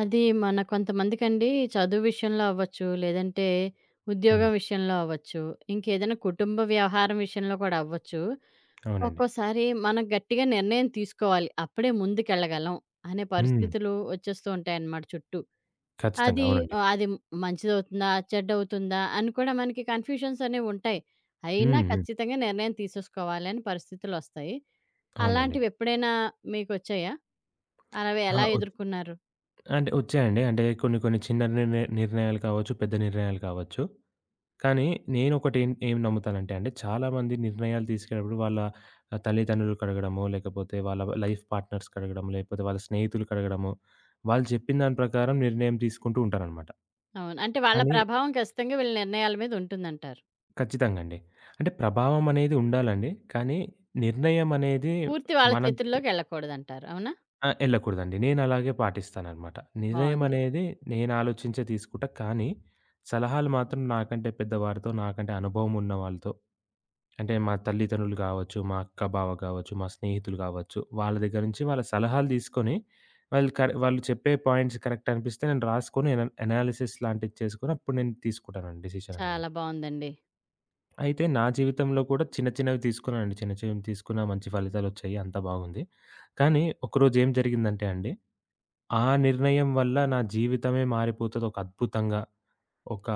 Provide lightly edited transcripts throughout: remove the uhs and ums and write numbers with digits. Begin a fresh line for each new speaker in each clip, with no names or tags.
అది మన కొంతమందికండి. చదువు విషయంలో అవ్వచ్చు, లేదంటే
హ్మ్.
ఉద్యోగం విషయంలో అవ్వచ్చు, ఇంకేదైనా కుటుంబ వ్యవహారం విషయంలో కూడా అవ్వచ్చు.
అవునండి.
ఒక్కోసారి మనం గట్టిగా నిర్ణయం తీసుకోవాలి. అప్పుడే ముందుకెళ్ళగలం అనే
హ్మ్.
పరిస్థితులు వచ్చేస్తూ ఉంటాయన్నమాట చుట్టూ.
ఖచ్చితంగా.
అది
అవునండి.
అది మంచిదవుతుందా? చెడ్డవుతుందా? అని కూడా మనకి కన్‌ఫ్యూషన్స్ అనేవి ఉంటాయి. అయినా
హ్మ్. హ్మ్.
ఖచ్చితంగా నిర్ణయం తీసేసుకోవాలని పరిస్థితులొస్తాయి.
అవునండి.
అలాంటివి ఎప్పుడైనా మీకొచ్చాయా? అలావి
ఆ!
ఎలా ఎదుర్కొన్నారు?
అంటే ఒచ్చాయండి. అంటే కొన్ని కొన్ని చిన్న నిర్ణయాలు కావచ్చు, పెద్ద నిర్ణయాలు కావచ్చు. కానీ నేనొకటి ఏం ఏం నమ్ముతానంటే అండి, చాలామంది నిర్ణయాలు తీసుకునేటప్పుడు వాళ్ళ తల్లిదండ్రులకు అడగడమో, లేకపోతే వాళ్ళ లైఫ్ పార్ట్నర్స్‌కి అడగడమో, లేకపోతే వాళ్ళ స్నేహితులకి అడగడమో, వాళ్ళు చెప్పిన దాని ప్రకారం నిర్ణయం తీసుకుంటూ ఉంటారనమాట.
అవును. అంటే వాళ్ళ
కానీ
ప్రభావం ఖచ్చితంగా వీళ్ళ నిర్ణయాల మీద ఉంటుందంటారు.
ఖచ్చితంగా అండి. అంటే ప్రభావం అనేది ఉండాలండి. కానీ నిర్ణయం అనేది
పూర్తి వాళ్ళ
మనం
చేతుల్లోకి వెళ్ళకూడదంటారు. అవునా?
ఎళ్ళకూడదండి. నేనలాగే పాటిస్తాననమాట. నిర్ణయం
బావుంది.
అనేది నేను ఆలోచించే తీసుకుంటా. కానీ, సలహాలు మాత్రం నాకంటే పెద్దవారితో, నాకంటే అనుభవం ఉన్న వాళ్ళతో అంటే మా తల్లిదండ్రులు గావచ్చు, మా అక్క, బావ గావచ్చు, మా స్నేహితులు గావచ్చు, వాళ్ళ దగ్గర నుంచి వాళ్ళ సలహాలు తీసుకొని, వాళ్ళు చెప్పే పాయింట్స్ కరెక్ట్ అనిపిస్తే నేను రాసుకొని ఎనాలిసిస్ లాంటిది చేసుకొని అప్పుడు నేను తీసుకుంటానండి డెసిషన్ అనేది.
చాలా బావుందండి.
అయితే నా జీవితంలో కూడా చిన్న చిన్నవి తీసుకున్నానండి. చిన్న చిన్నవి తీసుకున్న మంచి ఫలితాలొచ్చాయి. అంతా బాగుంది. కానీ ఒకరోజు ఏం జరిగిందంటే అండి ఆ నిర్ణయం వల్ల నా జీవితమే మారిపోతది. ఒక అద్భుతంగా, ఒక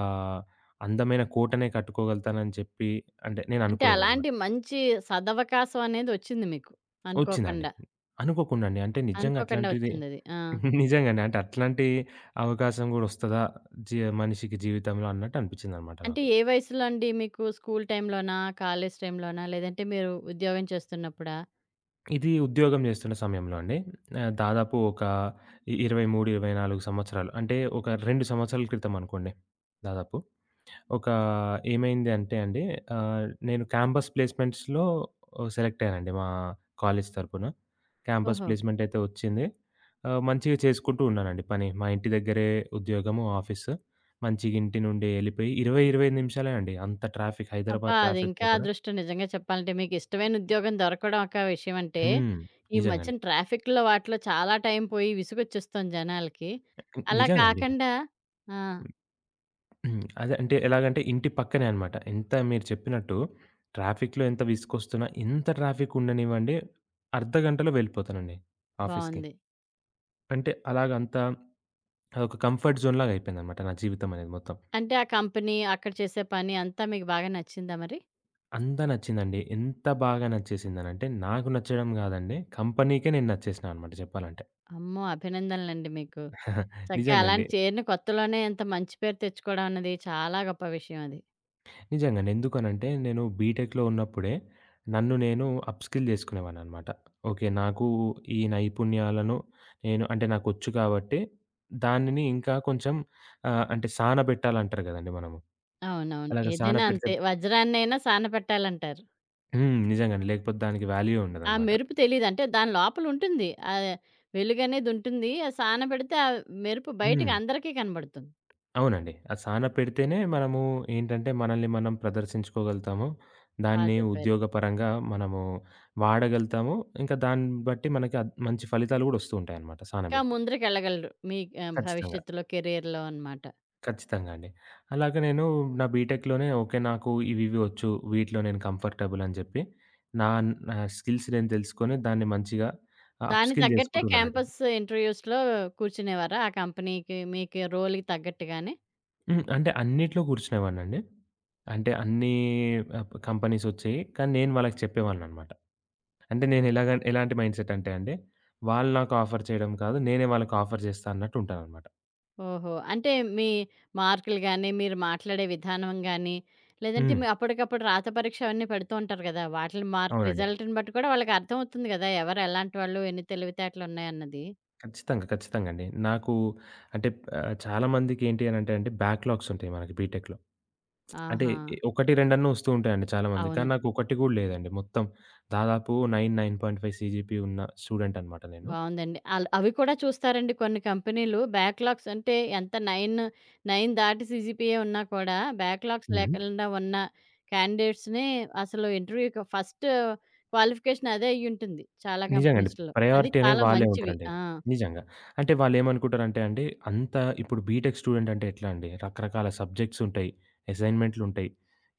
అందమైన కోటనే కట్టుకోగలుగుతానని చెప్పి అంటే నేను
అంటే
అనుకోలేదనమాట.
అలాంటి మంచి సదవకాశం అనేది వచ్చింది మీకు.
వచ్చిందండి.
అనుకోకుండా.
అనుకోకుండా అండి. అంటే నిజంగా
అనుకోకుండా
అట్లాంటిది
వచ్చిందది. ఆ!
నిజంగానే. అంటే అట్లాంటి అవకాశం గూడా ఒస్తదా మనిషికి జీవితంలో అన్నట్టు అనిపించిందనమాట
అంటే
నాకు.
ఏ వయసులో అండి మీకు? స్కూల్ టైమ్‌లోనా? కాలేజ్ టైమ్‌లోనా? లేదంటే మీరు ఉద్యోగం చేస్తున్నప్పుడా?
ఇది ఉద్యోగం జేస్తున్న సమయంలో అండి. దాదాపు ఒక 23, 24 సంవత్సరాలు అంటే ఒక 2 సంవత్సరాల క్రితం అనుకోండి దాదాపు. ఒక ఏమైంది అంటే అండి, నేను క్యాంపస్ ప్లేస్‌మెంట్స్‌లో సెలెక్ట్ అయ్యానండి మా కాలేజ్ తరపున. క్యాంపస్
ఓహో!
ప్లేస్‌మెంట్ అయితే వచ్చింది. మంచిగా చేసుకుంటూ ఉన్నానండి పని. మా ఇంటి దగ్గరే ఉద్యోగము, ఆఫీసు. మంచిగా ఇంటి నుండి ఎళ్ళిపోయి 20, 25 నిమిషాలే అండి. అంత ట్రాఫిక్
అబ్బా!
హైదరాబాద్ ట్రాఫిక్‌లో
అదింకా
కూడా
అదృష్టం నిజంగా చెప్పాలంటే. మీకిష్టమైన ఉద్యోగం దొరకడం ఒక విషయం అంటే,
హ్మ్.
ఈ
నిజంగండి.
మధ్యన ట్రాఫిక్‌లో వాటిలో చాలా టైం పోయి విసుగొచ్చేస్తోంది జనాలకి. అలా
నిజంగండి.
కాకుండా ఆ!
అదే అంటే ఎలాగంటే ఇంటి పక్కనే అనమాట. ఎంత మీరు చెప్పినట్టు ట్రాఫిక్‌లో ఎంత విసుకొస్తున్నా, ఎంత ట్రాఫిక్ ఉండనివ్వండి అర్ధగంటలో వెళ్ళిపోతానండి ఆఫీస్‌కి.
బావుంది.
అంటే అలాగంతా అదొక కంఫర్ట్ జోన్‌లాగా అయిపోయిందనమాట నా జీవితం అనేది మొత్తం.
అంటే ఆ కంపెనీ, అక్కడ చేసే పని అంతా మీకు బాగా నచ్చిందా మరి?
అంతా నచ్చిందండి. ఎంత బాగా నచ్చేసిందనంటే, నాకు నచ్చడం గాదండి, కంపెనీకే నేను నచ్చేసినా అనమాట చెప్పాలంటే.
అమ్మో! అభినందనలండి మీకు. చక్కగా
నిజంగండి.
అలాంటి చేరిన కొత్తలోనే ఇంత మంచి పేరు తెచ్చుకోవడం అన్నది చాలా గొప్ప విషయం అది.
నిజంగండి. ఎందుకనంటే, నేను బీటెక్‌లో ఉన్నప్పుడే నన్ను నేను అప్‌స్కిల్ జేసుకునేవాడిననమాట. ఓకే. నాకు ఈ నైపుణ్యాలను నేను అంటే నాకొచ్చు కాబట్టి, దానిని ఇంకా కొంచెం అంటే సానబెట్టాలంటారు గదండీ మనము.
అవునవును.
అలాగ
ఏదైనా
సానపెడితే
అంతే వజ్రాన్నైనా సానపెట్టాలంటారు.
హ్మ్. నిజంగండి. లేకపోతే దానికి వాల్యూ
ఆ
ఉండదనమాట.
మెరుపు తెలీదు. అంటే దాని లోపల ఉంటుంది. వెలుగనేది ఉంటుంది. అది సానబెడితే ఆ మెరుపు
హ్మ్.
బయటకి అందరికీ కనబడుతుంది.
అవునండి. ఆ సాన పెడితేనే మనము ఏంటంటే మనల్ని మనం ప్రదర్శించుకోగలుగుతాము.
బా
దాన్ని
చెప్పారు.
ఉద్యోగపరంగా మనము వాడగలుగుతాము. ఇంకా దాన్ని బట్టి మనకి మంచి ఫలితాలు గూడా ఒస్తూ ఉంటాయన్నమాట సాన
ఇంకా
బెడితే.
ముందరికెళ్ళగలరు. మీ
ఖచ్చితంగా.
భవిష్యత్తులో కెరియర్‌లో అనమాట.
ఖచ్చితంగా అండి. అలాగే నేను నా బీటెక్‌లోనే ఓకే. నాకు ఇవివి ఒచ్చు. వీటిలో నేను కంఫర్టబుల్ అని జెప్పి నా నా స్కిల్స్ నేను తెలుసుకొని దాన్ని మంచిగా అప్
దానికి
స్కిల్
తగ్గట్టే
జేసుకుంటున్నానండి.
క్యాంపస్ ఇంటర్‌వ్యూస్‌లో కూర్చునేవారా? ఆ కంపెనీకి మీకు రోల్‌కి తగ్గట్టుగానే?
హ్మ్. అంటే అన్నిట్లో కూర్చునేవాడినండి. అంటే అన్నీ కంపెనీస్ ఒచ్చాయి. కానీ నేను వాళ్ళకి చెప్పేవాడిననమాట. అంటే నేనెలాగ ఎలాంటి మైండ్‌సెట్ అంటే అండి, వాళ్ళు నాకు ఆఫర్ చేయడం కాదు, నేనే వాళ్ళకి ఆఫర్ చేస్తా అన్నట్టు ఉంటాననమాట.
ఓహో! అంటే మీ మార్కులు గాని, మీరు మాట్లాడే విధానం గాని, లేదంటే
హ్మ్.
మీ అప్పటికప్పుడు రాత పరీక్ష అవన్నీ పెడుతూ ఉంటారు కదా! వాటిలి మార్క్
అవునండి.
రిజల్ట్‌ని బట్టి కూడా వాళ్ళకి అర్థమవుతుంది కదా! ఎవరు ఎలాంటి వాళ్ళు, ఎన్ని తెలివితేటలున్నాయన్నది.
ఖచ్చితంగా. ఖచ్చితంగా అండి. నాకు అంటే చాలా మందికి ఏంటి అనంటే అండి బ్యాక్‌లాగ్స్ ఉంటాయి మనకి బీటెక్‌లో. అంటే
ఆహా!
1, 2 వస్తూ ఉంటాయండి చాలా మందికి.
అవును.
కానీ నాకు ఒకటి కూడా లేదండి. మొత్తం దాదాపు 9, 9.5 సీజీపీ ఉన్న స్టూడెంట్ అనమాట నేను.
బావుందండి. ఆల్ అవి కూడా చూస్తారండి కొన్ని కంపెనీలు. బ్యాక్‌లాగ్స్ అంటే ఎంత 9, 9 దాటి సీజీపీఏ ఉన్నా కూడా బ్యాక్‌లాగ్స్
హ్మ్.
లేకుండా ఉన్న క్యాండిడేట్స్‌ని అసలు ఇంటర్వ్యూ‌కి ఫస్ట్ క్వాలిఫికేషన్ అదే అయ్యుంటుంది చాలా
నిజంగండి.
కంపెనీస్‌లో. అది
ప్రయారిటీ అనేది
చాలా
వాళ్ళే
మంచివి.
ఉంటారండి.
ఆ!
నిజంగా. అంటే వాళ్ళేమనుకుంటారంటే అండి, అంత ఇప్పుడు బీటెక్ స్టూడెంట్ అంటే ఎట్లా అండి, రకరకాల సబ్జెక్ట్స్ ఉంటాయి, అసైన్‌మెంట్లుంటాయి,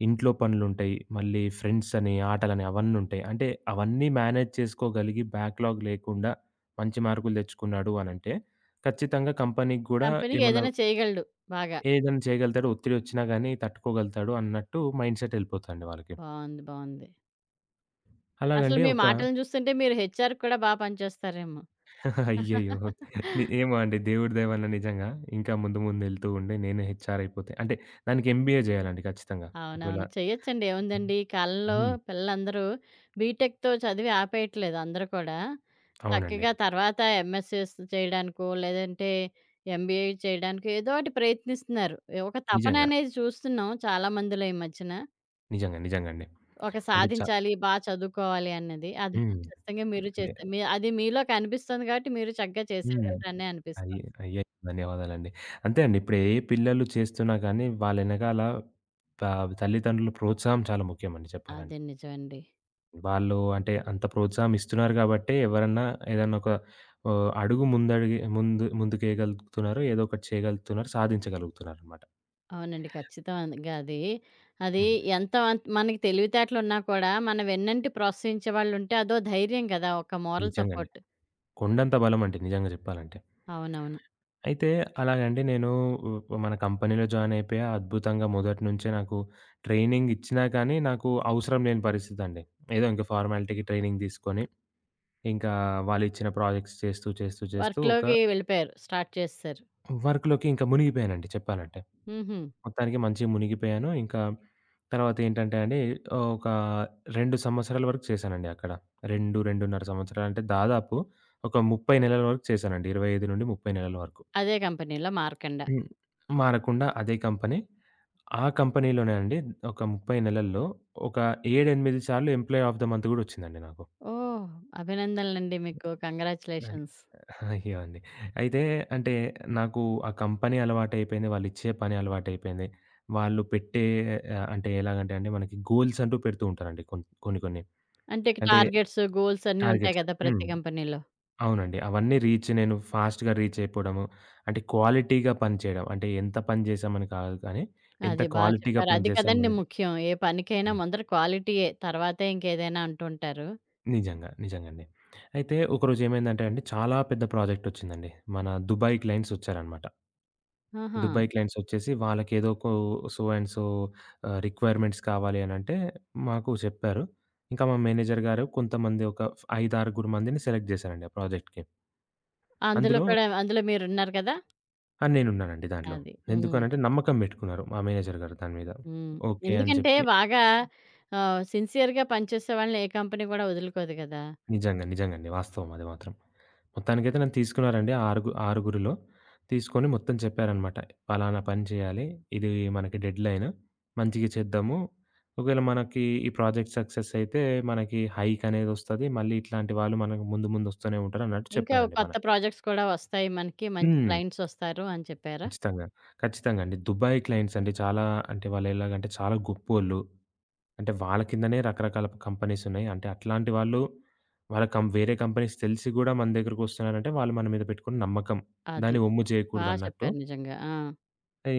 ఇంట్లో పనులుంటాయి, మళ్ళీ ఫ్రెండ్స్ అని, ఆటలని అవన్నుంటాయి. అంటే అవన్నీ మేనేజ్ చేసుకోగలిగి బ్యాక్‌లాగ్ లేకుండా మంచి మార్కులు తెచ్చుకున్నాడు అనంటే, ఖచ్చితంగా కంపెనీకి గూడా
కంపెనీకి
ఏమన్నా
ఏదైనా చేయగలడు బాగా.
ఏదైనా చేయగలుగుతాడు, ఒత్తిడి ఒచ్చినా గానీ తట్టుకోగలుగుతాడు అన్నట్టు మైండ్‌సెట్ ఎళ్ళిపోతదండి వాళ్ళకి.
బావుంది. బావుంది. అసలు
అలాగండి
మీ
ఒక
మాటలను చూస్తుంటే మీరు హెచ్ఆర్‌కి కూడా బా పనిచేస్తారేమో.
అయ్యయ్యో! ఏమో అండి. దేవుడి దయ వల్ల నిజంగా ఇంకా ముందు ముందెళ్తూ ఉండే నేనే హెచ్‌ఆర్ అయిపోతే అంటే దానికి ఎంబీఏ చేయాలండి ఖచ్చితంగా. ఒకవేళ
అవునవును. చేయొచ్చండి. ఏముందండి. ఈ కాలంలో
హ్మ్.
పిల్లలందరూ బీటెక్‌తో చదివి ఆపేయట్లేదు అందరూ కూడా.
అవునండి.
చక్కగా తర్వాత ఎంఎస్‌సీస్ చేయడానికో, లేదంటే ఎంబీఏ చేయడానికో ఏదో ఒకటి ప్రయత్నిస్తున్నారు. ఏ ఒక తపన
నిజంగా.
అనేది చూస్తున్నాం చాలా మందిలో ఈ మధ్యన.
నిజంగా. నిజంగా అండి.
ఒక
అంటే
సాధించాలి, బా చదువుకోవాలి అన్నది. అది
హ్మ్.
ఖచ్చితంగా మీరు
అంటే
చేసే మీ అది మీలో కనిపిస్తుంది కాబట్టి మీరు చక్కగా
హ్మ్.
చేసేయగలరనే అనిపిస్తుంది.
అయ్యి అయ్యో! ధన్యవాదాలండి. అంతే అండి. ఇప్పుడు ఏ పిల్లలు చేస్తున్నా కానీ వాళ్ళెనకాల త తల్లిదండ్రుల ప్రోత్సాహం చాలా ముఖ్యమండి చెప్పాలంటే.
అదే నిజమండి.
వాళ్ళు అంటే అంత ప్రోత్సాహం ఇస్తున్నారు గాబట్టే ఎవరన్నా ఏదన్నా ఒక అడుగు ముందడుగే ముందు ముందుకేయగలుగుతున్నారు. ఏదో ఒకటి చేయగలుగుతున్నారు. సాధించగలుగుతున్నారనమాట.
అవునండి. ఖచ్చితంగా అది. అది
హ్మ్.
ఎంత మనకి తెలివితేటలున్నా కూడా, మన వెన్నంటి ప్రోత్సహించే వాళ్ళుంటే అదో ధైర్యం కదా! ఒక మోరల్
నిజంగానే.
సపోర్ట్.
కొండంత బలమండి నిజంగా జెప్పాలంటే.
అవునవును.
అయితే అలాగండి నేను ఉ మన కంపెనీలో జాయిన్ అయిపోయా. అద్భుతంగా మొదటి నుంచే నాకు ట్రైనింగ్ ఇచ్చినా కానీ నాకు అవసరం లేని పరిస్థితండి. ఏదో ఇంక ఫార్మాలిటీకి ట్రైనింగ్ తీసుకొని, ఇంకా వాళ్ళిచ్చిన ప్రాజెక్ట్స్ చేస్తూ, చేస్తూ, చేస్తూ ఒక
వర్క్‌లోకి వెళ్ళిపోయారు. స్టార్ట్ చేసేసారు.
వర్క్‌లోకి ఇంకా మునిగిపోయానండి చెప్పాలంటే.
హుహు.
మొత్తానికి మంచిగా మునిగిపోయాను. ఇంకా తర్వాతేంటంటే అండి ఒక 2 సంవత్సరాల వరకు చేశానండి అక్కడ. 2, 2.5 సంవత్సరాలు అంటే దాదాపు ఒక 30 నెలల వరకు చేశానండి. 25-30 నెలల వరకు.
అదే కంపెనీలో మార్కండ.
హ్మ్. మారకుండా అదే కంపెనీ. ఆ కంపెనీలోనే అండి ఒక 30 నెలల్లో ఒక 7, 8 సార్లు ఎంప్లాయీ ఆఫ్ ద మంత్ గూడా వచ్చిందండి నాకు.
ఓహ్! అభినందనలండి మీకు.
అన్
కంగ్రాచ్యులేషన్స్.
అయ్యో! అండి. అయితే అంటే నాకు ఆ కంపెనీ అలవాటయిపోయింది. వాళ్ళిచ్చే పని అలవాటయిపోయింది. వాళ్ళు పెట్టే అంటే ఎలాగంటే అండి మనకి గోల్స్ అంటూ పెడుతూ ఉంటారండి కొన్ని కొన్ని.
అంటే ఇక
అంటే
టార్గెట్స్, గోల్స్ అన్నీ ఉంటాయి
టార్గెట్స్.
కదా!
హ్మ్.
ప్రతి కంపెనీలో.
అవునండి. అవన్నీ రీచ్ నేను ఫాస్ట్‌గా రీచ్ అయిపోవడము. అంటే క్వాలిటీగా పని చేయడం. అంటే ఎంత పని చేశామని కాదు కానీ ఎంత
అది బా
క్వాలిటీగా
చెప్పారు.
పని
అది కదండీ
చేశామనేది.
ముఖ్యం. ఏ పనికైనా
హ్మ్.
ముందర క్వాలిటీయే. తర్వాతే ఇంకేదైనా అంటుంటారు.
నిజంగా. నిజంగండి. అయితే ఒకరోజు ఏమైందంటే అండి చాలా పెద్ద ప్రాజెక్ట్ వచ్చిందండి. మన దుబాయ్ క్లయింట్స్ వచ్చారనమాట.
ఆహా!
దుబాయ్ క్లయింట్సొచ్చేసి వాళ్ళకేదో సో అండ్ సో రిక్వైర్మెంట్స్ కావాలి అనంటే మాకు చెప్పారు. ఇంకా మా మేనేజర్ గారు కొంతమంది ఒక 5, 6 మందిని సెలెక్ట్ జేశారండి ఆ ప్రాజెక్ట్‌కి. అందులో
అందులో మీరున్నారు కదా!
నేనున్నానండి దాంట్లో.
అది. హ్మ్.
ఎందుకనంటే నమ్మకం బెట్టుకున్నారు మా మేనేజర్ గారు దాని మీద.
హ్మ్.
ఓకే. అని
ఎందుకంటే
చెప్పి
బాగా సిన్సియర్‌గా పనిచేసే వాళ్ళని ఏ కంపెనీ కూడా వదులుకోదు కదా!
నిజంగా. నిజంగండి. వాస్తవం అది మాత్రం. మొత్తానికైతే నన్ను తీసుకున్నారండి. ఆ ఆరుగురిలో తీసుకొని మొత్తం చెప్పారనమాట. పలానా పని చేయాలి. ఇది మనకి డెడ్‌లైన్. మంచిగా చేద్దాము. ఒకవేళ మనకి ఈ ప్రాజెక్ట్ సక్సెస్ అయితే మనకి హైక్ అనేదొస్తది. మళ్ళీ ఇట్లాంటి వాళ్ళు మనకు ముందు ముందు వస్తూనే ఉంటారన్నట్టు
ఇంకా
చెప్పారండి మన
కొత్త ప్రాజెక్ట్స్ కూడా వస్తాయి మనకి. మంచి
హ్మ్.
క్లయింట్స్ వస్తారు అని చెప్పారా?
ఖచ్చితంగా. ఖచ్చితంగా అండి. దుబాయ్ క్లయింట్స్ అండి. చాలా అంటే వాళ్ళెలాగంటే చాలా గొప్పోళ్ళు. అంటే వాళ్ళ కిందనే రకరకాల కంపెనీస్ ఉన్నాయి. అంటే అట్లాంటి వాళ్ళు వాళ్ళ కం వేరే కంపెనీస్ తెలిసి గూడా మన దగ్గరకొస్తున్నారంటే వాళ్ళు మన మీద పెట్టుకున్న నమ్మకం.
అది.
దాన్ని ఒమ్ము
బా
చేయకూడదన్నట్టు
చెప్పారు నిజంగా. ఆ!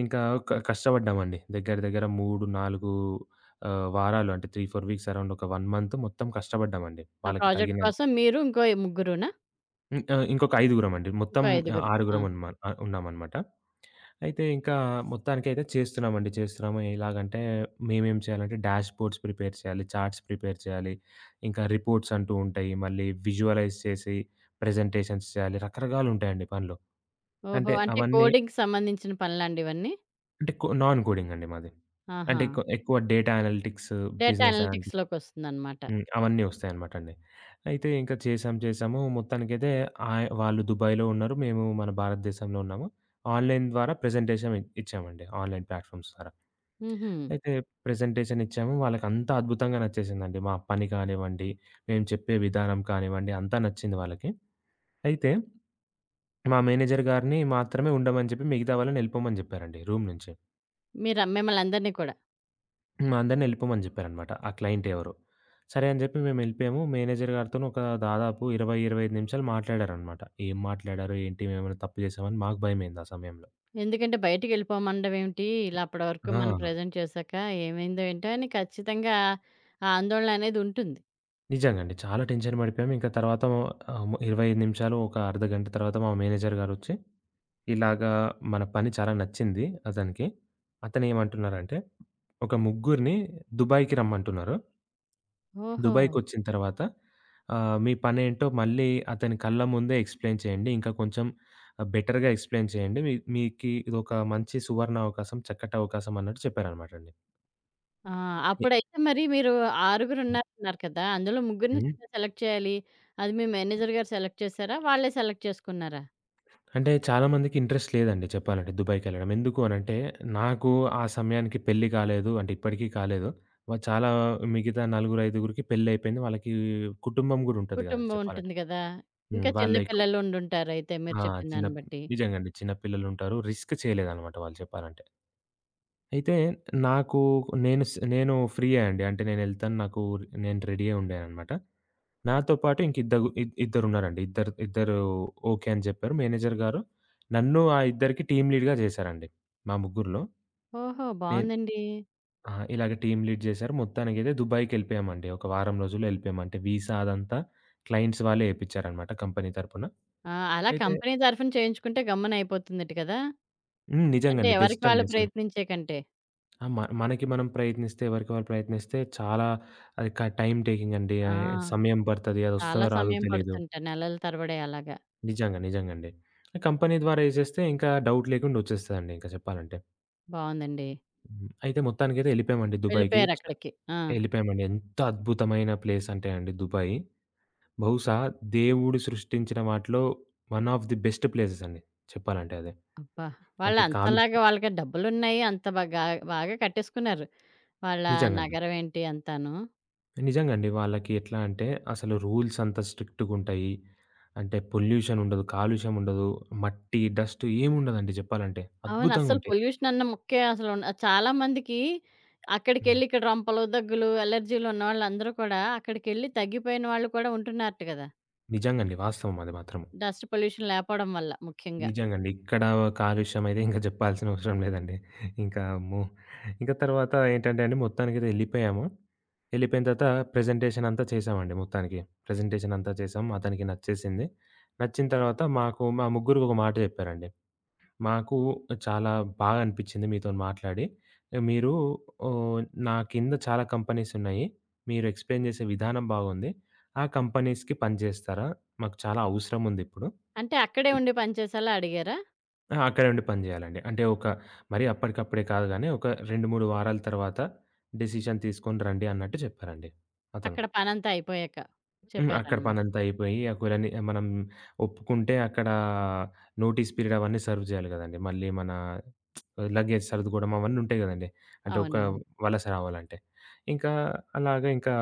ఇంకా కష్టపడ్డామండి. దగ్గర దగ్గర 3, 4 వారాలు అంటే 3, 4 వీక్స్ అరౌండ్ ఒక 1 మంత్ మొత్తం కష్టపడ్డామండి.
ఆ
వాళ్ళకి
ప్రాజెక్ట్
తగిన
కోసం మీరు ఇంకో ముగ్గురునా?
హ్మ్. ఇంకొక ఐదుగురమండి. మొత్తం
ఇంకో ఐదుగురు. ఆ!
ఉన్నామనమాట. అయితే ఇంకా మొత్తానికైతే చేస్తున్నామండి. చేస్తున్నాము. ఎలాగంటే మేమేం చేయాలంటే డాష్‌బోర్డ్స్ ప్రిపేర్ చేయాలి. చార్ట్స్ ప్రిపేర్ చేయాలి. ఇంకా రిపోర్ట్స్ అంటూ ఉంటాయి. మళ్ళీ విజువలైజ్ చేసి ప్రెజెంటేషన్స్ చేయాలి. రకరకాలుంటాయండి పనులు.
ఓహో!
అంటే
అంటే
అవన్నీ
కోడింగ్‌కి సంబంధించిన పనులాండి ఇవన్నీ?
అంటే నాన్ కోడింగ్ అండి మాది. అంటే
ఆహా!
ఎక్కువ data analytics,
data
business analytics
అనలిటిక్స్‌లోకొస్తుందన్నమాట.
హ్మ్. అవన్నీ వస్తాయన్నమాట అండి. అయితే ఇంకా చేసాం చేసాము. మొత్తానికైతే వాళ్ళు దుబాయ్‌లో ఉన్నారు. మేము మన భారతదేశంలో ఉన్నాము. ఆన్‌లైన్ ద్వారా ప్రెజెంటేషన్ ఇచ్చామండి. ఆన్‌లైన్ ప్లాట్‌ఫార్మ్స్ ద్వారా.
హుహు.
అయితే ప్రెజెంటేషన్ ఇచ్చాము. వాళ్ళకంతా అద్భుతంగా నచ్చేసిందండి. మా పని కానివ్వండి, మేము చెప్పే విధానం కానివ్వండి అంతా నచ్చింది వాళ్ళకి. అయితే మా మేనేజర్ గారిని మాత్రమే ఉండమని చెప్పి మిగతా వాళ్ళని వెళ్ళిపోమని చెప్పారండి రూమ్ నుంచి.
మీరు మిమ్మల్ని అందరిని కూడా.
మా అందరిని వెళ్ళిపోమని చెప్పారనమాట. ఆ క్లయింట్ ఎవరో. సరే అని చెప్పి మేము వెళ్ళిపోయాము. మేనేజర్ గారితోని ఒక దాదాపు 20, 25 నిమిషాలు మాట్లాడారనమాట. ఏం మాట్లాడారో ఏంటి? మేమేమైనా తప్పు చేశామని మాకు భయమయింది ఆ సమయంలో.
ఎందుకంటే బయటికెళ్ళిపోమనడం ఏమిటి? ఇలా అప్పటి వరకు
ఆ!
మనం ప్రెజెంట్ చేశాక ఏమైందో ఏంటో అని ఖచ్చితంగా ఆ ఆందోళన అనేది ఉంటుంది.
నిజంగా అండి. చాలా టెన్షన్ పడిపోయాము. ఇంకా తర్వాత 25 నిమిషాలు ఒక అర్ధగంట తర్వాత మా మేనేజర్ గారొచ్చి ఇలాగా మన పని చాలా నచ్చింది అతనికి. అతనేమంటున్నారంటే, ఒక ముగ్గురిని దుబాయ్‌కి రమ్మంటున్నారు.
ఓహో!
దుబాయ్‌కొచ్చిన తర్వాత మీ పనేంటో మళ్ళీ అతని కళ్ళ ముందే ఎక్స్‌ప్లెయిన్ చేయండి. ఇంకా కొంచెం బెటర్‌గా ఎక్స్‌ప్లెయిన్ చేయండి. మీ మీకి ఇదొక మంచి సువర్ణావకాశం, చక్కటవకాశం అన్నట్టు చెప్పారనమాటండి.
ఆ! అప్పుడైతే మరి మీరు ఆరుగురున్నారన్నారు కదా! అందులో ముగ్గురిని సెలెక్ట్ చేయాలి. అది మీ మేనేజర్ గారు సెలెక్ట్ చేశారా? వాళ్ళే సెలెక్ట్ చేసుకున్నారా?
అంటే చాలామందికి ఇంట్రెస్ట్ లేదండి చెప్పాలంటే దుబాయ్‌కెళ్ళడం. ఎందుకు అనంటే, నాకు ఆ సమయానికి పెళ్లి కాలేదు. అంటే ఇప్పటికీ కాలేదు. చాలా మిగతా నలుగురు, ఐదుగురికి పెళ్లయిపోయింది. వాళ్ళకి కుటుంబం గూడా ఉంటది గదండీ
కుటుంబం
చెప్పాలంటే.
ఉంటుంది కదా!
హ్మ్.
ఇంకా
వాళ్ళ
చిన్న
ఎక్కు
పిల్లలు ఉండుంటారయితే మీరు
ఆ!
చెప్పిన
చిన్న
దాన్ని బట్టి.
నిజంగా అండి. చిన్న పిల్లలుంటారు. రిస్క్ చేయలేదనమాట వాళ్ళు చెప్పాలంటే. అయితే నాకు నేను ఫ్రీయే అండి. అంటే నేనెళ్తాను. నాకు నేను రెడీయే ఉండాననమాట. నాతో పాటు ఇంక ఇద్దగు ఇద్ ఇద్దరున్నారండి. ఇద్దరు ఇద్దరు ఓకే అని చెప్పారు. మేనేజర్ గారు నన్ను ఆ ఇద్దరికి టీమ్ లీడ్‌గా చేశారండి. మా ముగ్గురిలో.
ఓహో!
నేను
బావుందండి.
ఆ! ఇలాగ టీమ్ లీడ్ చేశారు. మొత్తానికైతే దుబాయ్‌కెళ్ళిపోయామండి. ఒక వారం రోజుల్లో ఎళ్ళిపోయాము. అంటే వీసా అదంతా క్లయింట్స్ వాళ్ళే ఏపిచ్చారనమాట కంపెనీ తరపున.
ఆ! అలా
అయితే
కంపెనీ తరఫున చేయించుకుంటే గమ్మున అయిపోతుందట కదా!
హ్మ్.
అంటే
నిజంగండి.
ఎవరికి
బెస్ట్ అండి
వాళ్ళు
అసలు.
ప్రయత్నించే కంటే.
ఆ! మనకి మనం ప్రయత్నిస్తే, ఎవరికి వాళ్ళు ప్రయత్నిస్తే చాలా అది టైమ్ టేకింగ్ అండి.
ఆ!
సమయం పడతది. అది
చాలా
వస్తదో రాదో
సమయం
తెలీదు.
పడుతుంటా. నెలల తరబడి అలాగా.
నిజంగా. నిజంగండి. కంపెనీ ద్వారా ఏసేస్తే ఇంకా డౌట్ లేకుండా వచ్చేస్తదండి ఇంకా చెప్పాలంటే.
బావుందండి.
హ్మ్. అయితే మొత్తానికైతే ఎళ్ళిపోయామండి దుబాయ్‌కి.
వెళ్ళిపోయారక్కడికి. ఆ!
ఎళ్ళిపోయామండి. ఎంత అద్భుతమైన ప్లేస్ అంటే అండి దుబాయ్. బహుశా దేవుడు సృష్టించిన వాటిలో one of the best places అండి చెప్పాలంటే అదే.
అబ్బా!
అంటే
వాళ్ళంతలాగా
కాలుష్యం
వాళ్ళకి డబ్బులున్నాయి. అంత బాగా బాగా కట్టేసుకున్నారు. వాళ్ళ
నిజంగండి.
నగరం ఏంటి అంతాను.
నిజంగా అండి. వాళ్ళకి ఎట్లా అంటే అసలు రూల్స్ అంత స్ట్రిక్ట్‌గుంటాయి. అంటే పొల్యూషన్ ఉండదు, కాలుష్యం ఉండదు, మట్టి, డస్ట్ ఏముండదండి చెప్పాలంటే.
అవును. అస్సలు
అద్భుతంగుంటాయి.
పొల్యూషన్ అన్న ముక్కే అసలు ఉన్ చాలా మందికి
హ్మ్.
అక్కడికెళ్ళి ఇక్కడ రొంపలు, దగ్గులు, అలెర్జీలు ఉన్నవాళ్ళందరూ కూడా అక్కడికెళ్ళి తగ్గిపోయిన వాళ్ళు కూడా ఉంటున్నారట కదా!
నిజంగండి. వాస్తవం అది మాత్రం.
డస్ట్ పొల్యూషన్ లేపోవడం వల్ల ముఖ్యంగా.
నిజంగండి. ఇక్కడ కాలుష్యం అయితే ఇంకా జెప్పాల్సిన అవసరం లేదండి. ఇంకా అమ్మో! ఇంకా తర్వాత ఏంటంటే అండి మొత్తానికైతే ఎళ్ళిపోయాము. ఎళ్ళిపోయిన తర్వాత ప్రెజెంటేషన్ అంతా చేశామండి మొత్తానికి. ప్రెజెంటేషన్ అంతా చేసాం. అతనికి నచ్చేసింది. నచ్చిన తర్వాత మాకు మా ముగ్గురికి ఒక మాట జెప్పారండి. మాకు చాలా బాగా అనిపించింది మీతోని మాట్లాడి. మీరు ఓహ్, నా కింద చాలా కంపెనీస్ ఉన్నాయి. మీరు ఎక్స్‌ప్లెయిన్ చేసే విధానం బాగుంది. ఆ కంపెనీస్‌కి పని చేస్తారా? మాకు చాలా అవసరం ఉంది ఇప్పుడు.
అంటే అక్కడే
హ్మ్.
ఉండి పనిచేసేలా అడిగారా?
అక్కడే ఉండి పని చేయాలండి. అంటే ఒక మరి అప్పటికప్పుడే కాదు గానీ, ఒక 2, 3 వారాల తర్వాత డిసిషన్ తీసుకొని రండి అన్నట్టు చెప్పారండి అతను.
అక్కడ పనంతా అయిపోయాక
హ్మ్. అక్కడ
చెప్పారనమాట.
పనంతా అయిపోయి, ఆ కూలని మనం ఒప్పుకుంటే అక్కడ నోటీస్ పీరియడ్ అవన్నీ సర్వ్ చేయాలి గదండీ! మళ్ళీ మన లగేజ్ సర్దుకోవడం అవన్నీ ఉంటాయి గదండీ! అంటే ఒక
అవునవును.
వలస రావాలంటే. ఇంకా అలాగా ఇంకా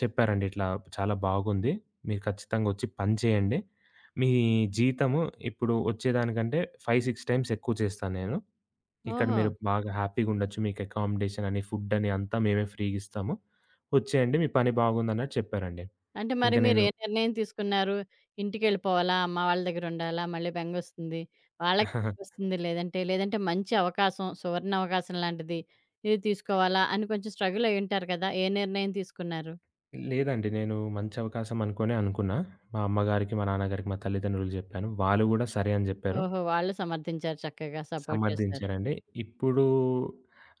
చెప్పారండి. ఇట్లా చాలా బాగుంది. మీరు ఖచ్చితంగా ఒచ్చి పని చేయండి. మీ జీతము ఇప్పుడు ఒచ్చేదానికంటే 5, 6 టైమ్స్ ఎక్కువ చేస్తాను నేను. ఇక్కడ
ఓహో!
మీరు బాగా హ్యాపీగుండొచ్చు. మీకు అకామిడేషన్ అని, ఫుడ్ అని అంతా మేమే ఫ్రీగిస్తాము. వచ్చేయండి మీ పని బాగుందన్నట్టు చెప్పారండి.
అంటే
ఇంక
మరి మీరు
నేను
ఏ నిర్ణయం తీసుకున్నారు? ఇంటికెళ్ళిపోవాలా? అమ్మ వాళ్ళ దగ్గరుండాలా? మళ్ళీ బెంగొస్తుంది. వాళ్ళకి వస్తుంది లేదంటే, లేదంటే మంచి అవకాశం, సువర్ణ అవకాశం లాంటిది. ఇది తీసుకోవాలా? అని కొంచెం స్ట్రగుల్ అయ్యుంటారు కదా! ఏ నిర్ణయం తీసుకున్నారు?
లేదండి. నేను మంచి అవకాశం అనుకోనే అనుకున్నా. మా అమ్మగారికి, మా నాన్నగారికి, మా తల్లిదండ్రులకు జెప్పాను. వాళ్ళు గూడా సరే అని జెప్పారు.
ఓహో! వాళ్ళు సమర్థించారు చక్కగా. సపోర్ట్ చేశారు.
సమర్థించారండి. ఇప్పుడు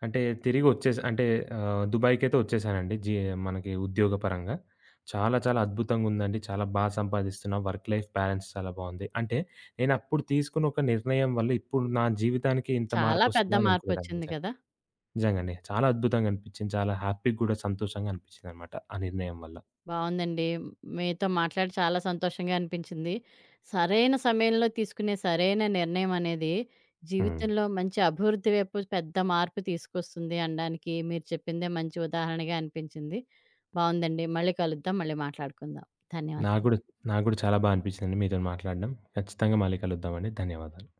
అంటే తిరిగొచ్చేసా అంటే దుబాయ్‌కైతే వచ్చేసానండి. మనకి ఉద్యోగపరంగా. చాలా చాలా అద్భుతంగుందండి. చాలా బా సంపాదిస్తున్నా. వర్క్ లైఫ్ బ్యాలెన్స్ చాలా బావుంది. అంటే నేనప్పుడు తీసుకున్న ఒక నిర్ణయం వల్ల ఇప్పుడు నా జీవితానికి ఇంత
చాలా పెద్ద
మార్పొస్తదా అని అనుకోలేదండి
మార్పొచ్చింది
నిజంగా.
కదా!
నిజంగండి. చాలా అద్భుతంగా అనిపిచ్చింది. చాలా హ్యాపీ‌గా గూడా సంతోషంగా అనిపిచ్చిందనమాట ఆ నిర్ణయం వల్ల.
బావుందండి. మీతో మాట్లాడి చాలా సంతోషంగా అనిపించింది. సరైన సమయంలో తీసుకునే సరైన నిర్ణయం అనేది
హ్మ్.
జీవితంలో మంచి అభివృద్ధి వైపు పెద్ద మార్పు తీసుకొస్తుంది అనడానికి మీరు చెప్పిందే మంచి ఉదాహరణగా అనిపించింది. బావుందండి. మళ్ళీ కలుద్దాం. మళ్ళీ మాట్లాడుకుందాం.
నాకు
ధన్యవాదాలు.
గూడా నాకు గూడా చాలా బా అనిపిచ్చిందండి మీతోని మాట్లాడడం. ఖచ్చితంగా మళ్ళీ కలుద్దామండి. ధన్యవాదాలు.